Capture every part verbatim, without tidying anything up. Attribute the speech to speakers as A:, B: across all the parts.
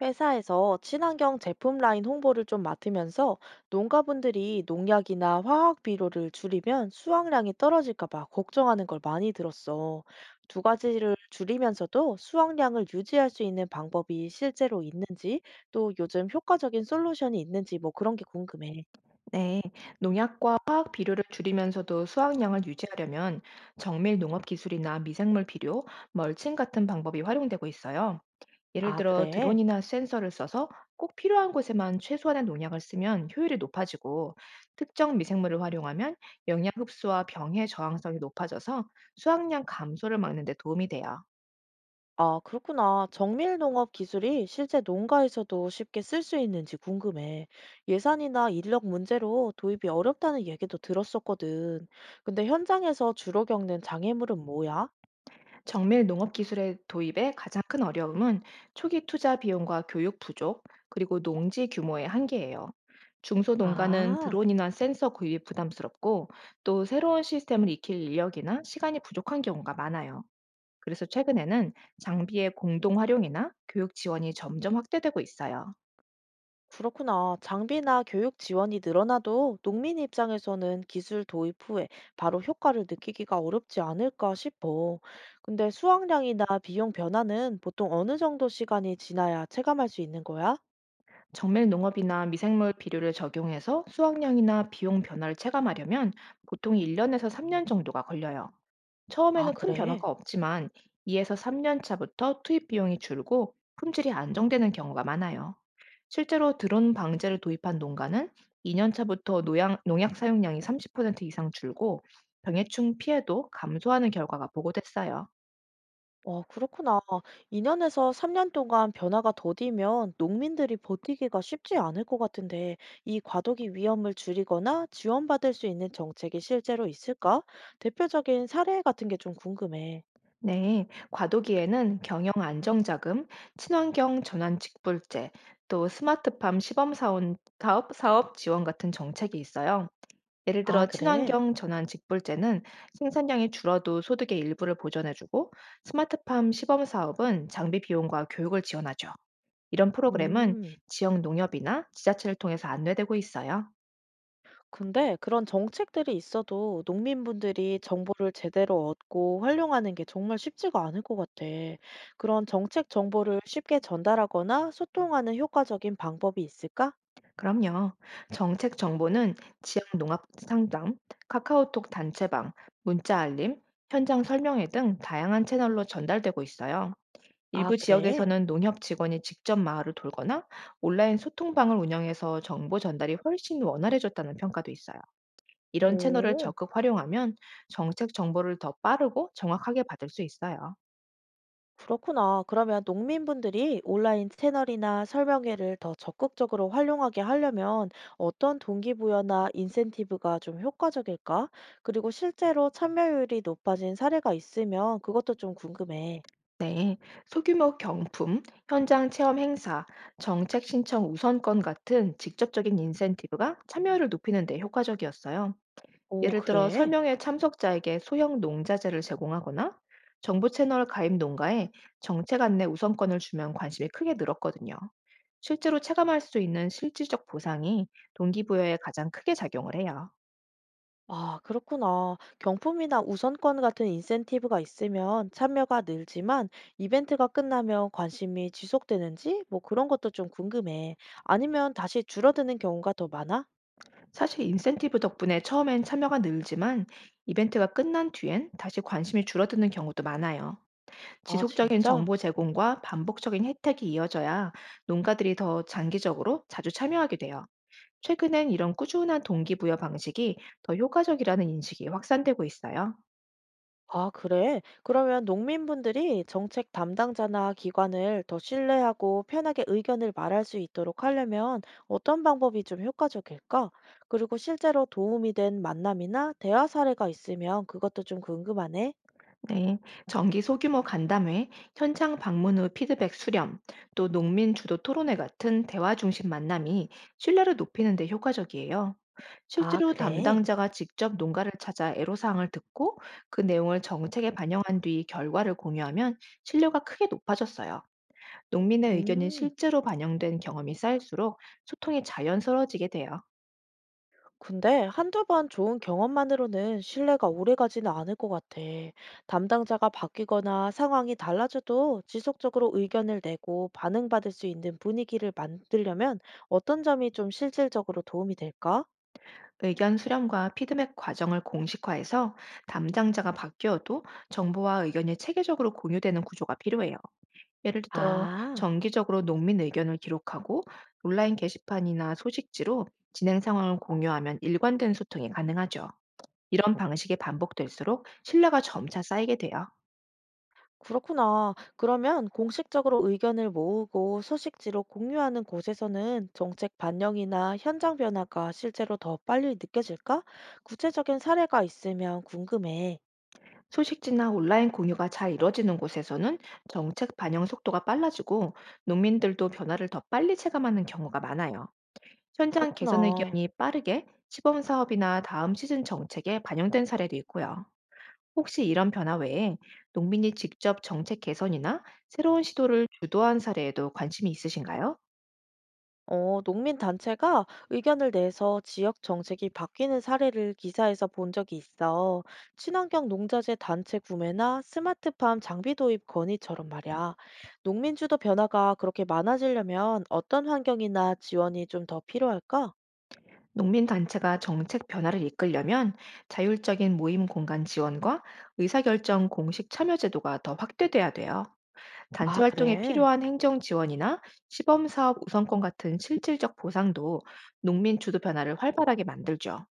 A: 회사에서 친환경 제품 라인 홍보를 좀 맡으면서 농가분들이 농약이나 화학 비료를 줄이면 수확량이 떨어질까 봐 걱정하는 걸 많이 들었어. 두 가지를 줄이면서도 수확량을 유지할 수 있는 방법이 실제로 있는지, 또 요즘 효과적인 솔루션이 있는지 뭐 그런 게 궁금해.
B: 네, 농약과 화학 비료를 줄이면서도 수확량을 유지하려면 정밀 농업 기술이나 미생물 비료, 멀칭 같은 방법이 활용되고 있어요. 예를
A: 아,
B: 들어
A: 그래?
B: 드론이나 센서를 써서 꼭 필요한 곳에만 최소한의 농약을 쓰면 효율이 높아지고, 특정 미생물을 활용하면 영양 흡수와 병의 저항성이 높아져서 수확량 감소를 막는 데 도움이 돼요.
A: 아, 그렇구나. 정밀 농업 기술이 실제 농가에서도 쉽게 쓸 수 있는지 궁금해. 예산이나 인력 문제로 도입이 어렵다는 얘기도 들었었거든. 근데 현장에서 주로 겪는 장애물은 뭐야?
B: 정밀 농업기술의 도입의 가장 큰 어려움은 초기 투자 비용과 교육 부족, 그리고 농지 규모의 한계예요. 중소농가는
A: 아,
B: 드론이나 센서 구입이 부담스럽고, 또 새로운 시스템을 익힐 인력이나 시간이 부족한 경우가 많아요. 그래서 최근에는 장비의 공동 활용이나 교육 지원이 점점 확대되고 있어요.
A: 그렇구나. 장비나 교육 지원이 늘어나도 농민 입장에서는 기술 도입 후에 바로 효과를 느끼기가 어렵지 않을까 싶어. 근데 수확량이나 비용 변화는 보통 어느 정도 시간이 지나야 체감할 수 있는 거야?
B: 정밀 농업이나 미생물 비료를 적용해서 수확량이나 비용 변화를 체감하려면 보통 일 년에서 삼 년 정도가 걸려요.
A: 아,
B: 처음에는 큰
A: 그래.
B: 변화가 없지만 이에서 삼 년 차부터 투입 비용이 줄고 품질이 안정되는 경우가 많아요. 실제로 드론 방제를 도입한 농가는 이 년 차부터 노양, 농약 사용량이 삼십 퍼센트 이상 줄고 병해충 피해도 감소하는 결과가 보고됐어요.
A: 와, 그렇구나. 이 년에서 삼 년 동안 변화가 더디면 농민들이 버티기가 쉽지 않을 것 같은데, 이 과도기 위험을 줄이거나 지원받을 수 있는 정책이 실제로 있을까? 대표적인 사례 같은 게 좀 궁금해.
B: 네, 과도기에는 경영 안정자금, 친환경 전환 직불제, 또 스마트팜 시범 사원, 사업, 사업 지원 같은 정책이 있어요. 예를
A: 아,
B: 들어
A: 그래?
B: 친환경 전환 직불제는 생산량이 줄어도 소득의 일부를 보전해주고, 스마트팜 시범 사업은 장비 비용과 교육을 지원하죠. 이런 프로그램은
A: 음,
B: 지역 농협이나 지자체를 통해서 안내되고 있어요.
A: 근데 그런 정책들이 있어도 농민분들이 정보를 제대로 얻고 활용하는 게 정말 쉽지가 않을 것 같아. 그런 정책 정보를 쉽게 전달하거나 소통하는 효과적인 방법이 있을까?
B: 그럼요. 정책 정보는 지역 농업 상담, 카카오톡 단체방, 문자 알림, 현장 설명회 등 다양한 채널로 전달되고 있어요.
A: 아,
B: 일부
A: 그래?
B: 지역에서는 농협 직원이 직접 마을을 돌거나 온라인 소통방을 운영해서 정보 전달이 훨씬 원활해졌다는 평가도 있어요. 이런 채널을
A: 오,
B: 적극 활용하면 정책 정보를 더 빠르고 정확하게 받을 수 있어요.
A: 그렇구나. 그러면 농민분들이 온라인 채널이나 설명회를 더 적극적으로 활용하게 하려면 어떤 동기부여나 인센티브가 좀 효과적일까? 그리고 실제로 참여율이 높아진 사례가 있으면 그것도 좀 궁금해.
B: 네, 소규모 경품, 현장 체험 행사, 정책 신청 우선권 같은 직접적인 인센티브가 참여를 높이는 데 효과적이었어요.
A: 오,
B: 예를 들어
A: 그래?
B: 설명회 참석자에게 소형 농자재를 제공하거나 정부 채널 가입 농가에 정책 안내 우선권을 주면 관심이 크게 늘었거든요. 실제로 체감할 수 있는 실질적 보상이 동기부여에 가장 크게 작용을 해요.
A: 아, 그렇구나. 경품이나 우선권 같은 인센티브가 있으면 참여가 늘지만 이벤트가 끝나면 관심이 지속되는지 뭐 그런 것도 좀 궁금해. 아니면 다시 줄어드는 경우가 더 많아?
B: 사실 인센티브 덕분에 처음엔 참여가 늘지만, 이벤트가 끝난 뒤엔 다시 관심이 줄어드는 경우도 많아요.
A: 아,
B: 지속적인
A: 진짜?
B: 정보 제공과 반복적인 혜택이 이어져야 농가들이 더 장기적으로 자주 참여하게 돼요. 최근엔 이런 꾸준한 동기부여 방식이 더 효과적이라는 인식이 확산되고 있어요.
A: 아, 그래? 그러면 농민분들이 정책 담당자나 기관을 더 신뢰하고 편하게 의견을 말할 수 있도록 하려면 어떤 방법이 좀 효과적일까? 그리고 실제로 도움이 된 만남이나 대화 사례가 있으면 그것도 좀 궁금하네.
B: 네, 정기 소규모 간담회, 현장 방문 후 피드백 수렴, 또 농민 주도 토론회 같은 대화 중심 만남이 신뢰를 높이는 데 효과적이에요.
A: 아,
B: 실제로
A: 그래?
B: 담당자가 직접 농가를 찾아 애로사항을 듣고 그 내용을 정책에 반영한 뒤 결과를 공유하면 신뢰가 크게 높아졌어요. 농민의 의견이
A: 음.
B: 실제로 반영된 경험이 쌓일수록 소통이 자연스러워지게 돼요.
A: 근데 한두 번 좋은 경험만으로는 신뢰가 오래가지는 않을 것 같아. 담당자가 바뀌거나 상황이 달라져도 지속적으로 의견을 내고 반응받을 수 있는 분위기를 만들려면 어떤 점이 좀 실질적으로 도움이 될까?
B: 의견 수렴과 피드백 과정을 공식화해서 담당자가 바뀌어도 정보와 의견이 체계적으로 공유되는 구조가 필요해요. 예를 들어
A: 아,
B: 정기적으로 농민 의견을 기록하고 온라인 게시판이나 소식지로 진행 상황을 공유하면 일관된 소통이 가능하죠. 이런 방식이 반복될수록 신뢰가 점차 쌓이게 돼요.
A: 그렇구나. 그러면 공식적으로 의견을 모으고 소식지로 공유하는 곳에서는 정책 반영이나 현장 변화가 실제로 더 빨리 느껴질까? 구체적인 사례가 있으면 궁금해.
B: 소식지나 온라인 공유가 잘 이루어지는 곳에서는 정책 반영 속도가 빨라지고, 농민들도 변화를 더 빨리 체감하는 경우가 많아요. 현장 개선
A: 그렇구나.
B: 의견이 빠르게 시범 사업이나 다음 시즌 정책에 반영된 사례도 있고요. 혹시 이런 변화 외에 농민이 직접 정책 개선이나 새로운 시도를 주도한 사례에도 관심이 있으신가요?
A: 어, 농민 단체가 의견을 내서 지역 정책이 바뀌는 사례를 기사에서 본 적이 있어. 친환경 농자재 단체 구매나 스마트팜 장비 도입 건의처럼 말이야. 농민 주도 변화가 그렇게 많아지려면 어떤 환경이나 지원이 좀 더 필요할까?
B: 농민 단체가 정책 변화를 이끌려면 자율적인 모임 공간 지원과 의사결정 공식 참여 제도가 더 확대돼야 돼요. 단체
A: 아,
B: 활동에
A: 그래.
B: 필요한 행정 지원이나 시범 사업 우선권 같은 실질적 보상도 농민 주도 변화를 활발하게 만들죠.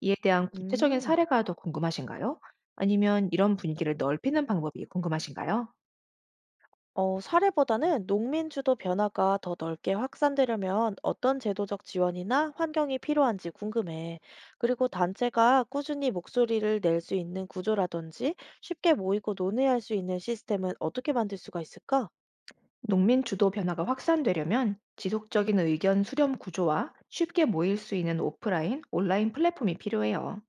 B: 이에 대한 구체적인
A: 음.
B: 사례가 더 궁금하신가요? 아니면 이런 분위기를 넓히는 방법이 궁금하신가요?
A: 어, 사례보다는 농민 주도 변화가 더 넓게 확산되려면 어떤 제도적 지원이나 환경이 필요한지 궁금해. 그리고 단체가 꾸준히 목소리를 낼 수 있는 구조라든지 쉽게 모이고 논의할 수 있는 시스템은 어떻게 만들 수가 있을까?
B: 농민 주도 변화가 확산되려면 지속적인 의견 수렴 구조와 쉽게 모일 수 있는 오프라인, 온라인 플랫폼이 필요해요.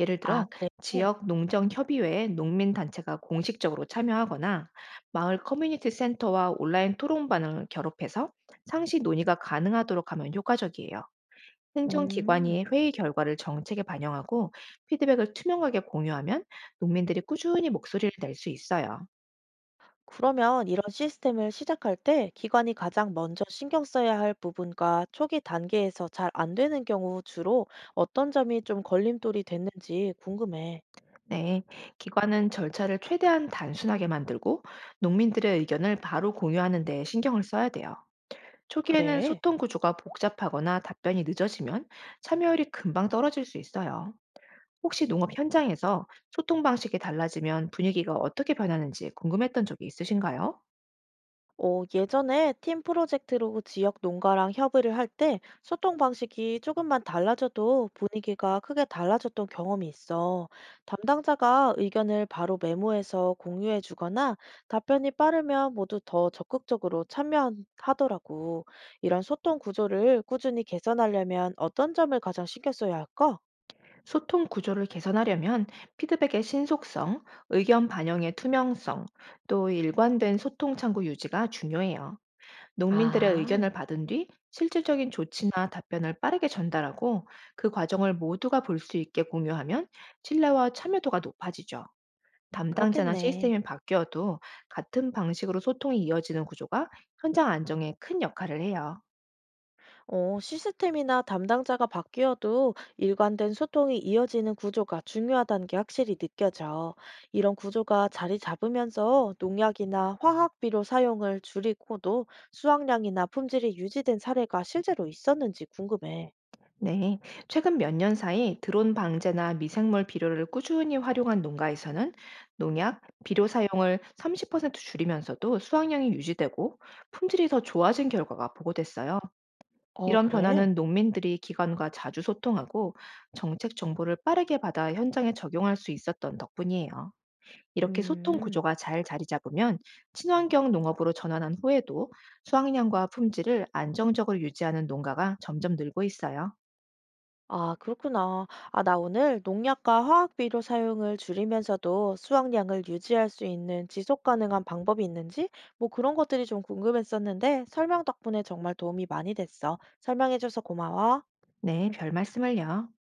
B: 예를
A: 아,
B: 들어
A: 그래.
B: 지역 농정 협의회에 농민 단체가 공식적으로 참여하거나 마을 커뮤니티 센터와 온라인 토론반을 결합해서 상시 논의가 가능하도록 하면 효과적이에요.
A: 음.
B: 행정기관이 회의 결과를 정책에 반영하고 피드백을 투명하게 공유하면 농민들이 꾸준히 목소리를 낼 수 있어요.
A: 그러면 이런 시스템을 시작할 때 기관이 가장 먼저 신경 써야 할 부분과 초기 단계에서 잘 안 되는 경우 주로 어떤 점이 좀 걸림돌이 됐는지 궁금해.
B: 네, 기관은 절차를 최대한 단순하게 만들고 농민들의 의견을 바로 공유하는 데 신경을 써야 돼요. 초기에는
A: 그래.
B: 소통 구조가 복잡하거나 답변이 늦어지면 참여율이 금방 떨어질 수 있어요. 혹시 농업 현장에서 소통 방식이 달라지면 분위기가 어떻게 변하는지 궁금했던 적이 있으신가요?
A: 어, 예전에 팀 프로젝트로 지역 농가랑 협의를 할 때 소통 방식이 조금만 달라져도 분위기가 크게 달라졌던 경험이 있어. 담당자가 의견을 바로 메모해서 공유해 주거나 답변이 빠르면 모두 더 적극적으로 참여하더라고. 이런 소통 구조를 꾸준히 개선하려면 어떤 점을 가장 신경 써야 할까?
B: 소통 구조를 개선하려면 피드백의 신속성, 의견 반영의 투명성, 또 일관된 소통 창구 유지가 중요해요. 농민들의
A: 아,
B: 의견을 받은 뒤 실질적인 조치나 답변을 빠르게 전달하고, 그 과정을 모두가 볼 수 있게 공유하면 신뢰와 참여도가 높아지죠. 담당자나
A: 그렇겠네.
B: 시스템이 바뀌어도 같은 방식으로 소통이 이어지는 구조가 현장 안정에 큰 역할을 해요.
A: 어, 시스템이나 담당자가 바뀌어도 일관된 소통이 이어지는 구조가 중요하다는 게 확실히 느껴져. 이런 구조가 자리 잡으면서 농약이나 화학비료 사용을 줄이고도 수확량이나 품질이 유지된 사례가 실제로 있었는지 궁금해.
B: 네, 최근 몇 년 사이 드론 방제나 미생물 비료를 꾸준히 활용한 농가에서는 농약, 비료 사용을 삼십 퍼센트 줄이면서도 수확량이 유지되고 품질이 더 좋아진 결과가 보고됐어요.
A: 아,
B: 이런
A: 그래?
B: 변화는 농민들이 기관과 자주 소통하고 정책 정보를 빠르게 받아 현장에 적용할 수 있었던 덕분이에요. 이렇게 소통
A: 음.
B: 구조가 잘 자리 잡으면 친환경 농업으로 전환한 후에도 수확량과 품질을 안정적으로 유지하는 농가가 점점 늘고 있어요.
A: 아, 그렇구나. 아, 나 오늘 농약과 화학 비료 사용을 줄이면서도 수확량을 유지할 수 있는 지속 가능한 방법이 있는지 뭐 그런 것들이 좀 궁금했었는데 설명 덕분에 정말 도움이 많이 됐어. 설명해줘서 고마워.
B: 네, 별 말씀을요.